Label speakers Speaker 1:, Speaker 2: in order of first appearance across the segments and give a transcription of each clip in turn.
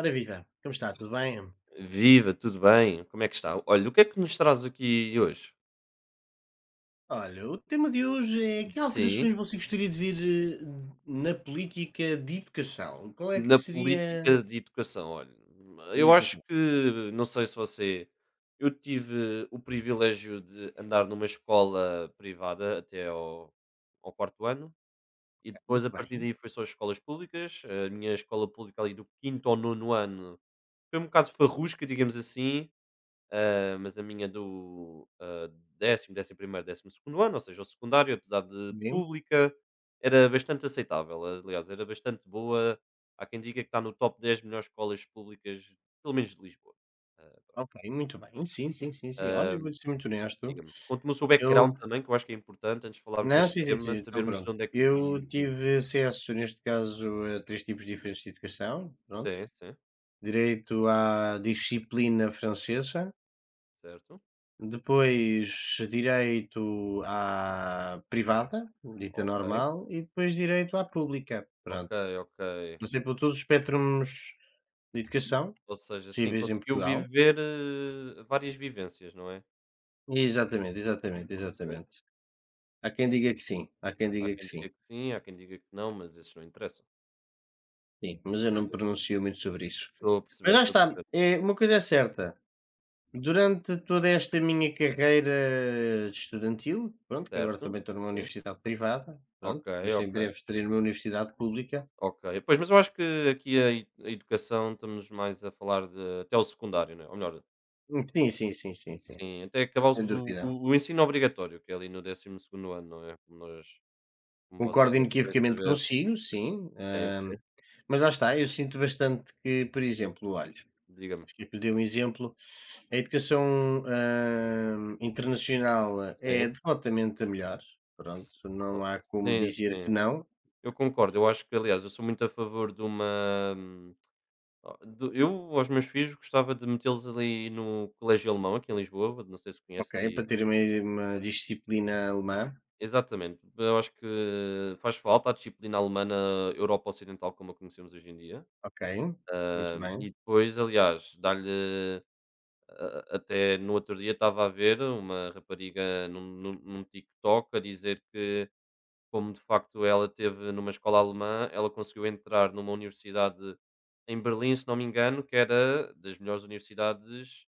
Speaker 1: Ora viva, como está? Tudo bem?
Speaker 2: Viva, tudo bem? Como é que está? Olha, o que é que nos traz aqui hoje?
Speaker 1: Olha, o tema de hoje é que
Speaker 2: Sim.
Speaker 1: alterações você gostaria de ver, na política de educação? Qual é que
Speaker 2: Na
Speaker 1: seria.
Speaker 2: política de educação, olha, eu acho
Speaker 1: Exatamente,
Speaker 2: que, não sei se você, eu tive o privilégio de andar numa escola privada até ao 4º ano e depois, a
Speaker 1: muito
Speaker 2: partir
Speaker 1: bem.
Speaker 2: daí, foi só escolas públicas. A minha escola pública ali do quinto º ao 9º ano foi um bocado farrusca, digamos assim. Mas a minha do 10º, 11º, 12º ano, ou seja, o secundário, apesar de
Speaker 1: bem,
Speaker 2: pública, era bastante aceitável. Aliás, era bastante boa. Há quem diga que está no top 10 melhores escolas públicas, pelo menos de Lisboa. Ah,
Speaker 1: Ok, muito bem. Sim, sim, sim, sim. Olha,
Speaker 2: ah,
Speaker 1: eu vou ser muito honesto.
Speaker 2: Diga-me, conte-me o seu
Speaker 1: Eu.
Speaker 2: background também, que eu acho que é importante, antes de falarmos
Speaker 1: Não,
Speaker 2: deste
Speaker 1: sim, sim, sim.
Speaker 2: tema,
Speaker 1: Então
Speaker 2: sabermos de
Speaker 1: pronto.
Speaker 2: onde é que
Speaker 1: Eu
Speaker 2: vimos.
Speaker 1: tive acesso, neste caso, a três tipos diferentes de educação. Pronto.
Speaker 2: Sim, sim,
Speaker 1: Direito à disciplina francesa.
Speaker 2: certo.
Speaker 1: Depois direito à privada, dita
Speaker 2: Ok,
Speaker 1: normal, e depois direito à pública.
Speaker 2: ok,
Speaker 1: Pronto.
Speaker 2: ok.
Speaker 1: Passei por todos os espectros de educação
Speaker 2: Ou seja, sim,
Speaker 1: possíveis em
Speaker 2: conseguiu
Speaker 1: Portugal.
Speaker 2: viver várias vivências, não é?
Speaker 1: Exatamente, exatamente,
Speaker 2: Estou a perceber.
Speaker 1: exatamente. Há quem diga que sim, há quem
Speaker 2: Há
Speaker 1: diga que
Speaker 2: quem
Speaker 1: sim.
Speaker 2: diga que sim, há quem diga que não, mas esses não interessam.
Speaker 1: Sim, mas eu não me pronuncio muito sobre isso.
Speaker 2: Estou a
Speaker 1: Mas
Speaker 2: perceber,
Speaker 1: lá
Speaker 2: estou a
Speaker 1: está,
Speaker 2: perceber.
Speaker 1: é, uma coisa é certa. Durante toda esta minha carreira estudantil, pronto, que agora
Speaker 2: Certo,
Speaker 1: também estou numa
Speaker 2: sim.
Speaker 1: universidade privada, pronto,
Speaker 2: Ok,
Speaker 1: mas em
Speaker 2: ok,
Speaker 1: breve estarei numa universidade pública.
Speaker 2: ok. Pois, mas eu acho que aqui a educação, estamos mais a falar de até o secundário, não é? Ou melhor,
Speaker 1: Sim, sim, sim, sim, sim,
Speaker 2: sim, até acabar
Speaker 1: sem
Speaker 2: o
Speaker 1: dúvida.
Speaker 2: o o ensino obrigatório, que é ali no 12º ano, não é? Como vocês
Speaker 1: Concordo
Speaker 2: devem bem
Speaker 1: inequivocamente
Speaker 2: saber.
Speaker 1: consigo, sim,
Speaker 2: Sim, sim,
Speaker 1: mas lá está, eu sinto bastante que, por exemplo, olha,
Speaker 2: diga-me.
Speaker 1: acho que eu dei um exemplo, a educação, internacional é
Speaker 2: Sim.
Speaker 1: devotamente a melhor, pronto,
Speaker 2: S Oh,
Speaker 1: não há como
Speaker 2: sim,
Speaker 1: dizer
Speaker 2: sim.
Speaker 1: que não,
Speaker 2: Eu concordo, eu acho que, aliás, eu sou muito a favor de uma... Oh, do eu aos meus filhos gostava de metê-los ali no colégio alemão, aqui em Lisboa, não sei se conhece
Speaker 1: ok,
Speaker 2: ali.
Speaker 1: para ter uma disciplina alemã,
Speaker 2: Exatamente, eu acho que faz falta a disciplina alemã na Europa Ocidental, como a conhecemos hoje em dia.
Speaker 1: ok, muito bem.
Speaker 2: E depois, aliás, dá-lhe... a Até no outro dia estava a ver uma rapariga num TikTok a dizer que, como de facto ela teve numa escola alemã, ela conseguiu entrar numa universidade em Berlim, se não me engano, que era das melhores universidades,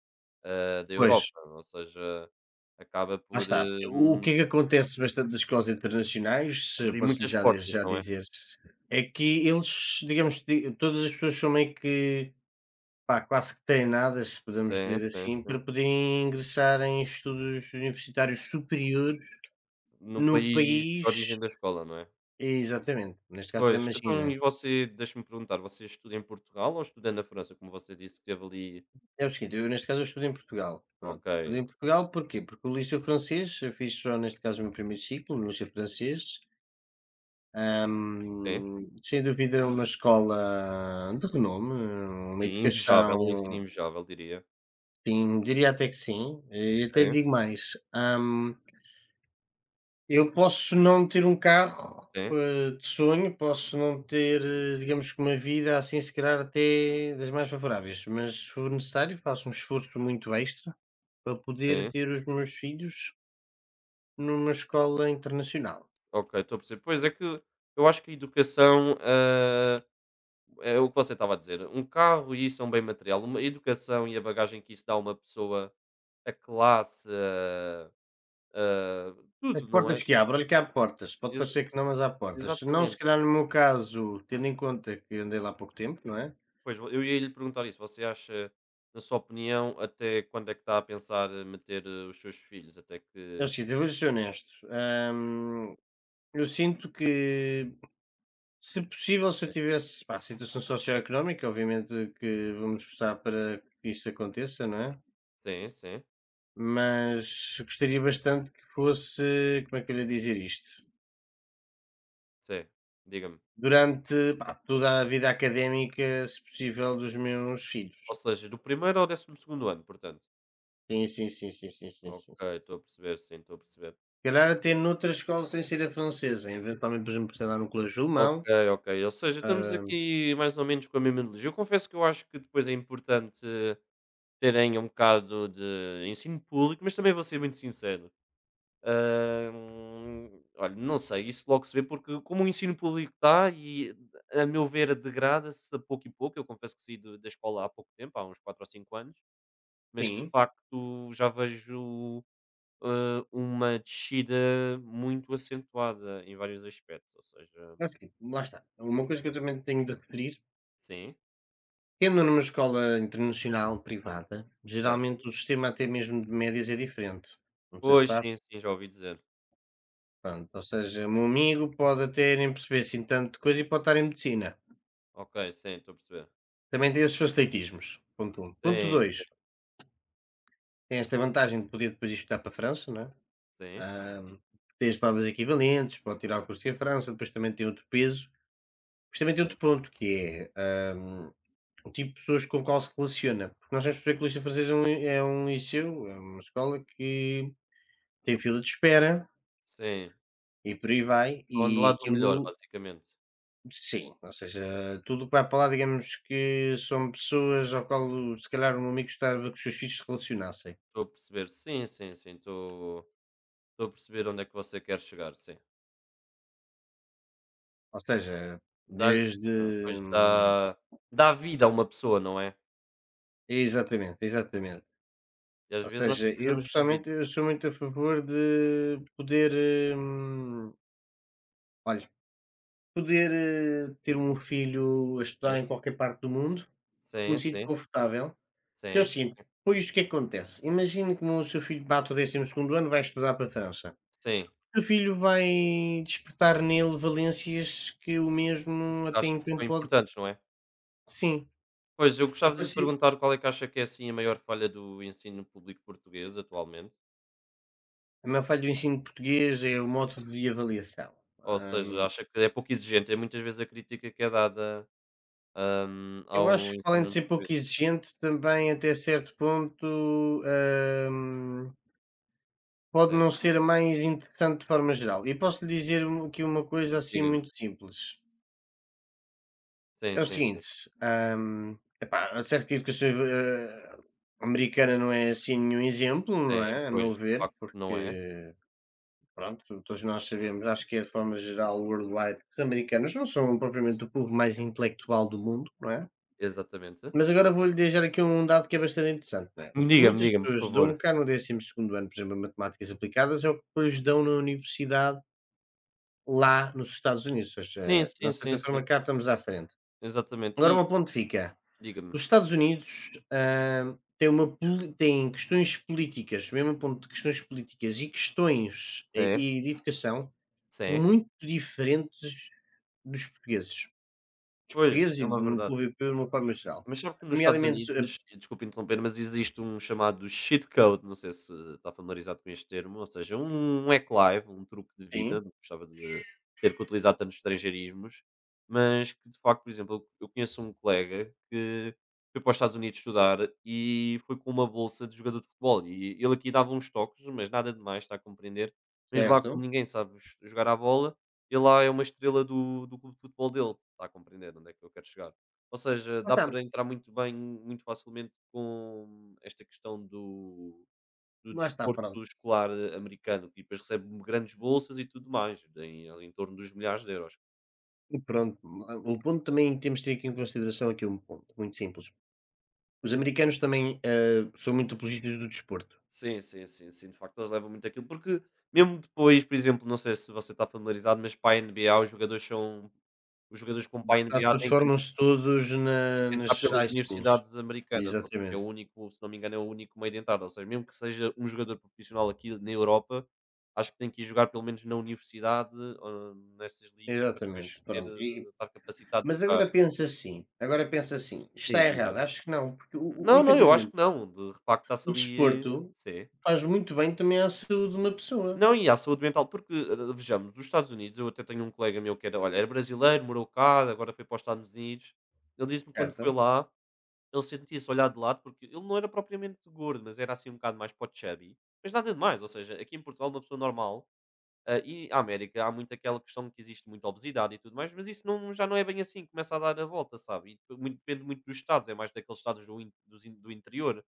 Speaker 2: da
Speaker 1: Pois.
Speaker 2: Europa, ou seja, acaba
Speaker 1: Lá
Speaker 2: por
Speaker 1: está. O que é que acontece bastante nas escolas internacionais, se
Speaker 2: abrir
Speaker 1: posso-lhe
Speaker 2: muitas
Speaker 1: já, desde
Speaker 2: portas,
Speaker 1: já
Speaker 2: não é?
Speaker 1: dizer, é que eles, digamos, todas as pessoas são meio que pá, quase que treinadas, se podemos
Speaker 2: Sim,
Speaker 1: dizer
Speaker 2: sim,
Speaker 1: assim,
Speaker 2: sim.
Speaker 1: para poderem ingressar em estudos universitários superiores
Speaker 2: No
Speaker 1: no
Speaker 2: país de
Speaker 1: país.
Speaker 2: origem da escola, não é?
Speaker 1: Exatamente. Neste caso, por
Speaker 2: Pois,
Speaker 1: exemplo, imagina.
Speaker 2: então e você, deixa-me perguntar, você estuda em Portugal ou estuda na França? Como você disse que teve ali.
Speaker 1: É o seguinte, eu neste caso eu estudo em Portugal. Pronto.
Speaker 2: Ok,
Speaker 1: Estudei em Portugal porquê? Porque o liceu francês, eu fiz só neste caso o meu primeiro ciclo, no liceu francês.
Speaker 2: sim,
Speaker 1: Sem dúvida, uma escola de renome, uma
Speaker 2: sim, invejável, um ensino
Speaker 1: educação,
Speaker 2: invejável, diria.
Speaker 1: sim, diria até que sim. E até
Speaker 2: Sim,
Speaker 1: digo mais: eu posso não ter um carro,
Speaker 2: sim,
Speaker 1: de sonho, posso não ter, eh, digamos que uma vida assim, se calhar até das mais favoráveis, mas se for necessário, faço um esforço muito extra para poder
Speaker 2: sim.
Speaker 1: ter os meus filhos numa escola internacional.
Speaker 2: Ok, estou a perceber. Pois é que eu acho que a educação é o que você estava a dizer. Um carro e isso é um bem material. Uma educação e a bagagem que isso dá a uma pessoa, a classe,
Speaker 1: As
Speaker 2: tudo, não é?
Speaker 1: portas que abro, olha que há portas, pode
Speaker 2: Ex-
Speaker 1: parecer que não, mas há portas. Se não, se
Speaker 2: Exatamente.
Speaker 1: calhar no meu caso, tendo em conta que andei lá há pouco tempo, não é?
Speaker 2: Pois eu ia lhe perguntar isso. Você acha, na sua opinião, até quando é que está a pensar em meter os seus filhos? Até
Speaker 1: É o
Speaker 2: que...
Speaker 1: seguinte, eu vou ser honesto. hum, eu sinto que, se possível, se eu tivesse pá, situação socioeconómica, obviamente que vamos esforçar para que isso aconteça, não é?
Speaker 2: Sim, sim,
Speaker 1: Mas gostaria bastante que fosse, como é que eu lhe ia dizer isto?
Speaker 2: sim. Diga-me.
Speaker 1: Durante pá, toda a vida académica, se possível, dos meus filhos.
Speaker 2: Ou seja, do primeiro ao 12º ano, portanto.
Speaker 1: Sim, sim, sim, sim, sim, sim,
Speaker 2: Ok,
Speaker 1: sim, sim.
Speaker 2: estou a perceber, sim, estou a perceber.
Speaker 1: Calhar até noutras escolas sem ser a francesa, eventualmente, por exemplo, sei lá, no colégio
Speaker 2: Ok,
Speaker 1: alemão,
Speaker 2: ok. Ou seja, estamos
Speaker 1: hã,
Speaker 2: aqui mais ou menos com a mesma ideologia. Eu confesso que eu acho que depois é importante terem um bocado de ensino público, mas também vou ser muito sincero. Olha, não sei, isso logo se vê, porque como o ensino público está, e, a meu ver, degrada-se a pouco e pouco, eu confesso que saí da escola há pouco tempo, há uns 4 ou 5 anos, mas de
Speaker 1: sim,
Speaker 2: facto já vejo uma descida muito acentuada em vários aspectos, ou seja,
Speaker 1: acho que lá está. Uma coisa que eu também tenho de referir,
Speaker 2: sim,
Speaker 1: tendo numa escola internacional privada,
Speaker 2: certo.
Speaker 1: geralmente o sistema até mesmo de médias é diferente, não sei se
Speaker 2: Pois,
Speaker 1: sabe,
Speaker 2: sim, sim, já ouvi dizer.
Speaker 1: pronto, ou seja, o meu amigo pode até nem perceber assim tanto coisa e pode estar em medicina,
Speaker 2: Ok, sim, estou a perceber.
Speaker 1: também tem esses facilitismos, ponto um. Ponto
Speaker 2: Sim, sim,
Speaker 1: dois, tem esta vantagem de poder depois ir estudar para a França, não é,
Speaker 2: sim.
Speaker 1: hã, tem as provas equivalentes, pode tirar o curso em França, depois também tem outro peso. Isto também tem
Speaker 2: Sim,
Speaker 1: outro ponto que é, o tipo de pessoas com qual se relaciona, porque nós temos que perceber que o Liceu Francês é um li é um liceu, é uma escola que tem fila de espera
Speaker 2: sim.
Speaker 1: e por aí vai,
Speaker 2: Onde lá
Speaker 1: e
Speaker 2: do melhor,
Speaker 1: aquilo
Speaker 2: basicamente.
Speaker 1: sim, ou seja, tudo o que vai para lá digamos que são pessoas ao qual se calhar o meu amigo gostava que os seus filhos se relacionassem.
Speaker 2: Estou a perceber. Sim, sim, sim. Estou a perceber onde é que você quer chegar, sim.
Speaker 1: Ou seja,
Speaker 2: Dá,
Speaker 1: desde
Speaker 2: pois,
Speaker 1: hum,
Speaker 2: dá vida a uma pessoa, não é?
Speaker 1: exatamente, exatamente.
Speaker 2: E às
Speaker 1: Ou
Speaker 2: vezes nós
Speaker 1: seja, eu
Speaker 2: precisamos de
Speaker 1: pessoalmente
Speaker 2: vida.
Speaker 1: eu sou muito a favor de poder, hum, poder, ter um filho a estudar
Speaker 2: Sim,
Speaker 1: em qualquer parte do mundo, porque
Speaker 2: sim,
Speaker 1: me sinto
Speaker 2: sim,
Speaker 1: confortável. Porque é o
Speaker 2: sim,
Speaker 1: seguinte, depois o que é que acontece? Imagine que o seu filho bate o 12º ano, e vai estudar para a França.
Speaker 2: sim.
Speaker 1: O seu filho vai despertar nele valências que o mesmo até
Speaker 2: Acha que
Speaker 1: então
Speaker 2: são
Speaker 1: pode
Speaker 2: importantes, não é?
Speaker 1: sim,
Speaker 2: Pois, eu
Speaker 1: eu
Speaker 2: gostava de lhe
Speaker 1: consi
Speaker 2: perguntar qual é que acha que é, assim, a maior falha do ensino público português atualmente?
Speaker 1: a maior falha do ensino português é o modo de avaliação.
Speaker 2: Ou seja,
Speaker 1: Hum,
Speaker 2: acha que é pouco exigente, é muitas vezes a crítica que é dada
Speaker 1: eu acho
Speaker 2: ao
Speaker 1: que além de
Speaker 2: ensino
Speaker 1: ser pouco
Speaker 2: português.
Speaker 1: exigente, também até certo ponto, hum, pode
Speaker 2: Sim,
Speaker 1: não ser a mais interessante de forma geral. E posso lhe dizer aqui uma coisa assim
Speaker 2: diga-me.
Speaker 1: muito simples.
Speaker 2: Sim,
Speaker 1: É o
Speaker 2: sim, sim.
Speaker 1: seguinte, epá, é certo que a educação, americana não é assim nenhum exemplo, não
Speaker 2: Sim,
Speaker 1: é? A meu
Speaker 2: pois, de
Speaker 1: ver,
Speaker 2: facto não é,
Speaker 1: porque pronto, todos nós sabemos, acho que é de forma geral, worldwide, que os americanos não são propriamente o povo mais intelectual do mundo, não é?
Speaker 2: exatamente.
Speaker 1: Mas agora vou-lhe deixar aqui um dado que é bastante interessante, não é? O que
Speaker 2: Diga-me,
Speaker 1: muitas
Speaker 2: diga-me, por
Speaker 1: pessoas
Speaker 2: favor.
Speaker 1: dão cá no 12º ano, por exemplo, em matemáticas aplicadas, é o que depois dão na universidade lá nos Estados Unidos, ou
Speaker 2: Sim,
Speaker 1: seja,
Speaker 2: sim,
Speaker 1: nós de
Speaker 2: sim,
Speaker 1: certa
Speaker 2: sim,
Speaker 1: forma cá estamos à frente.
Speaker 2: exatamente.
Speaker 1: Agora
Speaker 2: E
Speaker 1: uma ponto fica,
Speaker 2: diga-me.
Speaker 1: os Estados Unidos, têm uma poli têm questões políticas, mesmo a ponto de questões políticas e questões,
Speaker 2: Sim,
Speaker 1: e de educação
Speaker 2: sim.
Speaker 1: muito diferentes dos portugueses. Dos
Speaker 2: Pois,
Speaker 1: portugueses
Speaker 2: é
Speaker 1: e
Speaker 2: uma
Speaker 1: do
Speaker 2: verdade.
Speaker 1: povo europeu de uma forma geral,
Speaker 2: Mas sabe que nos Estados
Speaker 1: nomeadamente eh,
Speaker 2: Unidos, e desculpe interromper, mas existe um chamado cheat code, não sei se está familiarizado com este termo, ou seja, um hack live, um truque de vida,
Speaker 1: sim,
Speaker 2: não gostava de ter que utilizar tantos estrangeirismos, mas que de facto, por exemplo, eu conheço um colega que foi para os Estados Unidos estudar e foi com uma bolsa de jogador de futebol. E ele aqui dava uns toques, mas nada demais, está a compreender? Mas lá, como
Speaker 1: certo.
Speaker 2: ninguém sabe jogar à bola, ele lá é uma estrela do clube de futebol dele, está a compreender onde é que eu quero chegar? Ou seja,
Speaker 1: Lá
Speaker 2: dá
Speaker 1: está
Speaker 2: para entrar muito bem, muito facilmente, com esta questão do
Speaker 1: lá está,
Speaker 2: desporto
Speaker 1: pronto.
Speaker 2: escolar americano, que depois recebe grandes bolsas e tudo mais, em torno dos milhares de euros.
Speaker 1: E pronto, o ponto também temos de ter aqui em consideração aqui um ponto muito simples. Os americanos também, são muito apologistas do desporto.
Speaker 2: Sim, sim, sim, sim, de facto eles levam muito aquilo, porque mesmo depois, por exemplo, não sei se você está familiarizado, mas para a NBA os jogadores com, para a
Speaker 1: Quase
Speaker 2: NBA,
Speaker 1: todos
Speaker 2: têm que...
Speaker 1: formam-se todos na
Speaker 2: Pois, tem que
Speaker 1: nas
Speaker 2: entrar pelas
Speaker 1: high schools.
Speaker 2: universidades americanas, ou seja, é o
Speaker 1: Exatamente,
Speaker 2: único, se não me engano, é o único meio de entrada. Ou seja, mesmo que seja um jogador profissional aqui na Europa, acho que tem que ir jogar pelo menos na universidade, nessas ligas, para depois
Speaker 1: exatamente,
Speaker 2: ter,
Speaker 1: pronto. E
Speaker 2: estar capacitado de
Speaker 1: mas
Speaker 2: jogar.
Speaker 1: agora pensa assim,
Speaker 2: Sim,
Speaker 1: está
Speaker 2: diga.
Speaker 1: errado? Acho que não, porque o
Speaker 2: Não, não, eu acho
Speaker 1: efetivamente,
Speaker 2: que não, de facto, está-se
Speaker 1: o
Speaker 2: ali,
Speaker 1: desporto
Speaker 2: sim.
Speaker 1: faz muito bem também à saúde de uma pessoa,
Speaker 2: Não, e à saúde mental, porque vejamos, os Estados Unidos... Eu até tenho um colega meu que era, olha, era brasileiro, morou cá, agora foi para os Estados Unidos. Ele disse-me quando foi
Speaker 1: certo?
Speaker 2: lá, ele sentia-se olhado de lado, porque ele não era propriamente gordo, mas era assim um bocado mais para o chubby. Mas nada de mais, ou seja, aqui em Portugal uma pessoa normal... E a América, há muito aquela questão de que existe muita obesidade e tudo mais, mas isso não, já não é bem assim, começa a dar a volta, sabe? E depende muito dos estados, é mais daqueles estados do, in- dos in- do interior,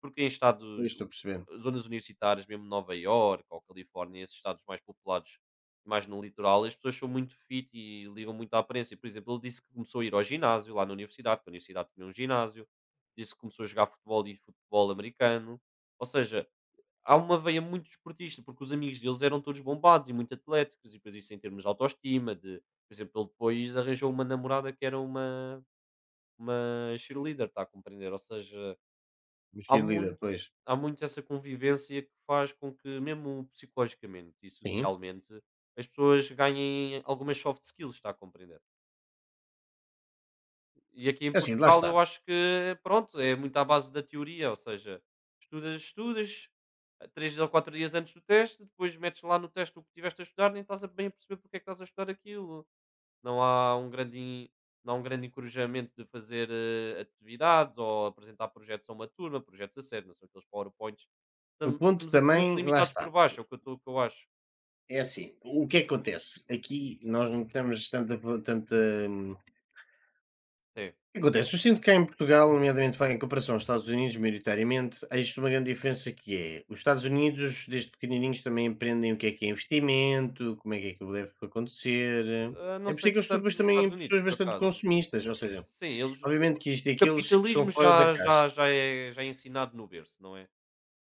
Speaker 2: porque em estados,
Speaker 1: Pois, estou a perceber.
Speaker 2: zonas universitárias, mesmo Nova Iorque ou Califórnia, esses estados mais populados, mais no litoral, as pessoas são muito fit e ligam muito à aparência. Por exemplo, ele disse que começou a ir ao ginásio lá na universidade, que a universidade tinha um ginásio, disse que começou a jogar futebol e futebol americano, ou seja, há uma veia muito desportista, porque os amigos deles eram todos bombados e muito atléticos, e depois isso, em termos de autoestima, de... Por exemplo, ele depois arranjou uma namorada que era uma, cheerleader, está a compreender? Ou seja,
Speaker 1: Um
Speaker 2: há
Speaker 1: cheerleader,
Speaker 2: muito,
Speaker 1: pois.
Speaker 2: há muito essa convivência que faz com que, mesmo psicologicamente e
Speaker 1: Sim.
Speaker 2: socialmente, as pessoas ganhem algumas soft skills, está a compreender? E aqui em
Speaker 1: É assim, lá
Speaker 2: Portugal eu
Speaker 1: está.
Speaker 2: acho que, pronto, é muito à base da teoria, ou seja, estudas, estudas, 3 ou 4 dias antes do teste, depois metes lá no teste o que tiveste a estudar, nem estás a bem a perceber porque é que estás a estudar aquilo. Não há um grande, encorajamento de fazer atividades ou apresentar projetos a uma turma, projetos a sério, não são aqueles PowerPoints.
Speaker 1: O ponto
Speaker 2: Estamos a ser muito
Speaker 1: também lá
Speaker 2: limitados
Speaker 1: está.
Speaker 2: por baixo, é o que eu acho.
Speaker 1: É assim, o que é que acontece? Aqui nós não temos tanta hum,
Speaker 2: Sim.
Speaker 1: o que acontece? Eu sinto que cá em Portugal, nomeadamente vai em comparação aos Estados Unidos, maioritariamente, há isto uma grande diferença que é, os Estados Unidos, desde pequenininhos, também aprendem o que é investimento, como é que deve acontecer.
Speaker 2: Ah, não
Speaker 1: É por
Speaker 2: sei
Speaker 1: isso que eu
Speaker 2: tanto
Speaker 1: estudo
Speaker 2: nos Estados
Speaker 1: também
Speaker 2: Unidos,
Speaker 1: pessoas
Speaker 2: por
Speaker 1: bastante
Speaker 2: acaso.
Speaker 1: consumistas, ou seja,
Speaker 2: Sim, eles,
Speaker 1: obviamente
Speaker 2: o
Speaker 1: que isto é
Speaker 2: o
Speaker 1: aqueles que são
Speaker 2: capitalismo
Speaker 1: fora da
Speaker 2: já
Speaker 1: caixa.
Speaker 2: já já é já é ensinado no berço, não é?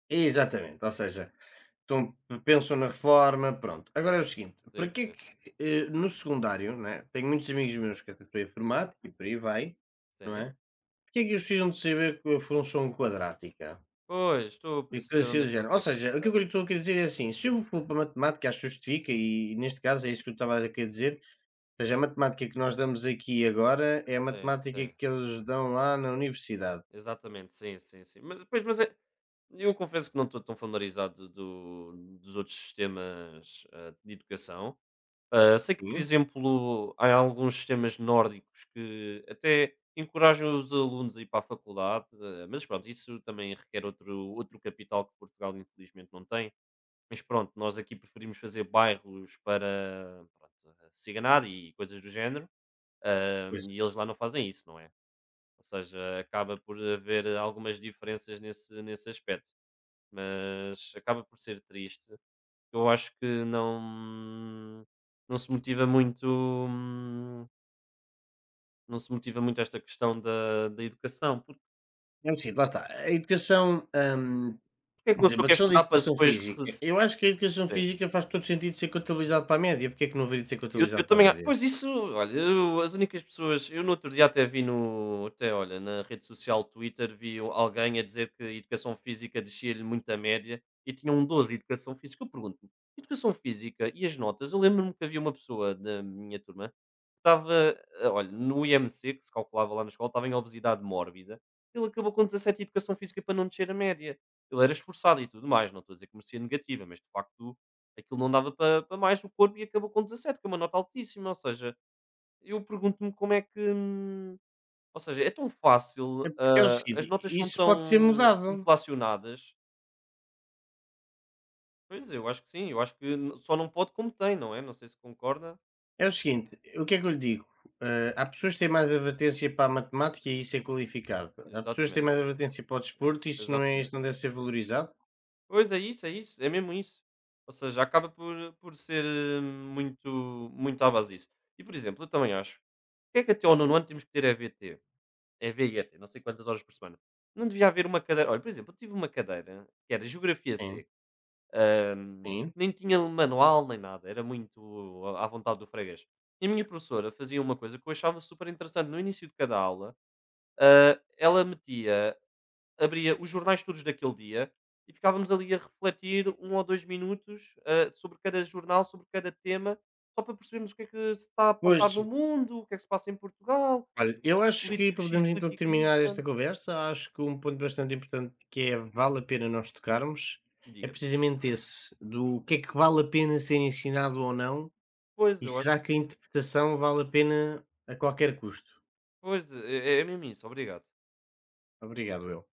Speaker 1: Exatamente, ou seja, estão- pensam na reforma, pronto. Agora é o seguinte, para
Speaker 2: Sim,
Speaker 1: que é
Speaker 2: sim,
Speaker 1: que, no secundário, não é? Tenho muitos amigos meus que até estão a informática e por aí vai, não
Speaker 2: sim.
Speaker 1: é? O que é que eles precisam de saber que a função quadrática?
Speaker 2: Pois, estou a
Speaker 1: E
Speaker 2: perceber
Speaker 1: coisas assim
Speaker 2: onde é
Speaker 1: do
Speaker 2: que
Speaker 1: género.
Speaker 2: você
Speaker 1: Ou
Speaker 2: quer
Speaker 1: seja, o que
Speaker 2: chegar.
Speaker 1: eu lhe estou a querer dizer é assim: se eu for para a matemática, acho que justifica, e neste caso é isso que eu estava a querer dizer. Ou seja, a matemática que nós damos aqui agora é a
Speaker 2: Sim,
Speaker 1: matemática
Speaker 2: sim.
Speaker 1: que eles dão lá na universidade.
Speaker 2: Exatamente, sim, sim, sim. Mas, pois, eu confesso que não estou tão familiarizado do dos outros sistemas de educação. Sei que, por
Speaker 1: Sim,
Speaker 2: exemplo, há alguns sistemas nórdicos que até encorajam os alunos a ir para a faculdade, mas pronto, isso também requer outro capital que Portugal infelizmente não tem. Mas pronto, nós aqui preferimos fazer bairros para, pronto, ciganada e coisas do género
Speaker 1: pois.
Speaker 2: e eles lá não fazem isso, não é? Ou seja, acaba por haver algumas diferenças nesse aspecto, mas acaba por ser triste. Eu acho que não se motiva muito, esta questão da educação. porque
Speaker 1: É preciso, lá está. A educação,
Speaker 2: porque é que
Speaker 1: por
Speaker 2: uma pessoa
Speaker 1: exemplo, a
Speaker 2: quer
Speaker 1: questão da
Speaker 2: estudar para
Speaker 1: educação
Speaker 2: depois
Speaker 1: física.
Speaker 2: rece...
Speaker 1: Eu acho que a educação física faz todo sentido de ser contabilizado para a média. Porque é que não haveria de ser
Speaker 2: Eu
Speaker 1: contabilizado para a
Speaker 2: também, a
Speaker 1: média?
Speaker 2: pois isso... Olha, eu as únicas pessoas eu no outro dia até vi, no até olha, na rede social Twitter, vi o alguém a dizer que a educação física descia-lhe muito a média e tinha um 12 de educação física. Eu pergunto-me: educação física e as notas? Eu lembro-me que havia uma pessoa da minha turma que estava, olha, no IMC, que se calculava lá na escola, estava em obesidade mórbida. Ele acabou com 17 de educação física para não descer a média. Ele era esforçado e tudo mais, não estou a dizer que merecia negativa, mas de facto aquilo não dava para mais, o corpo, e acabou com 17, que é uma nota altíssima. Ou seja, eu pergunto-me como é que ou seja, é tão
Speaker 1: É
Speaker 2: fácil,
Speaker 1: porque é o seguinte:
Speaker 2: as notas são
Speaker 1: isso pode
Speaker 2: tão
Speaker 1: ser mudado.
Speaker 2: inflacionadas. Pois, eu acho que sim, eu acho que n só não pode como tem, não é? Não sei se concorda.
Speaker 1: É o seguinte, o que é que eu lhe digo? Eh, há pessoas que têm mais advertência para a matemática e isso é qualificado. Há pessoas que têm
Speaker 2: Exatamente,
Speaker 1: mais advertência para o desporto e isto não, é,
Speaker 2: exatamente.
Speaker 1: isto não deve ser valorizado.
Speaker 2: Pois, é isso, é isso, é mesmo isso. Ou seja, acaba por ser muito, muito à base disso. E, por exemplo, eu também acho, porque é que até ao 9º ano temos que ter EVT? É VHT, não sei quantas horas por semana. Não devia haver uma cadeira... Olha, por exemplo, eu tive uma cadeira que era Geografia
Speaker 1: Sim,
Speaker 2: C
Speaker 1: sim.
Speaker 2: nem tinha manual nem nada, era muito à vontade do freguês. E a minha professora fazia uma coisa que eu achava super interessante, no início de cada aula, ela metia abria os jornais todos daquele dia e ficávamos ali a refletir um ou 2 minutos, sobre cada jornal, sobre cada tema, só para percebermos o que é que se está a
Speaker 1: Pois,
Speaker 2: passar no mundo, o que é que se passa em Portugal,
Speaker 1: olha, eu acho que
Speaker 2: político
Speaker 1: para
Speaker 2: X,
Speaker 1: podermos então
Speaker 2: político Y.
Speaker 1: terminar esta conversa, acho que um ponto bastante importante que é vale a pena nós tocarmos é
Speaker 2: Diga-me.
Speaker 1: precisamente esse, do que é que vale a pena ser ensinado ou não.
Speaker 2: Pois,
Speaker 1: E
Speaker 2: eu acho
Speaker 1: será que a
Speaker 2: que sim.
Speaker 1: interpretação vale a pena a qualquer custo?
Speaker 2: Pois, é mesmo isso, obrigado.
Speaker 1: Obrigado, eu.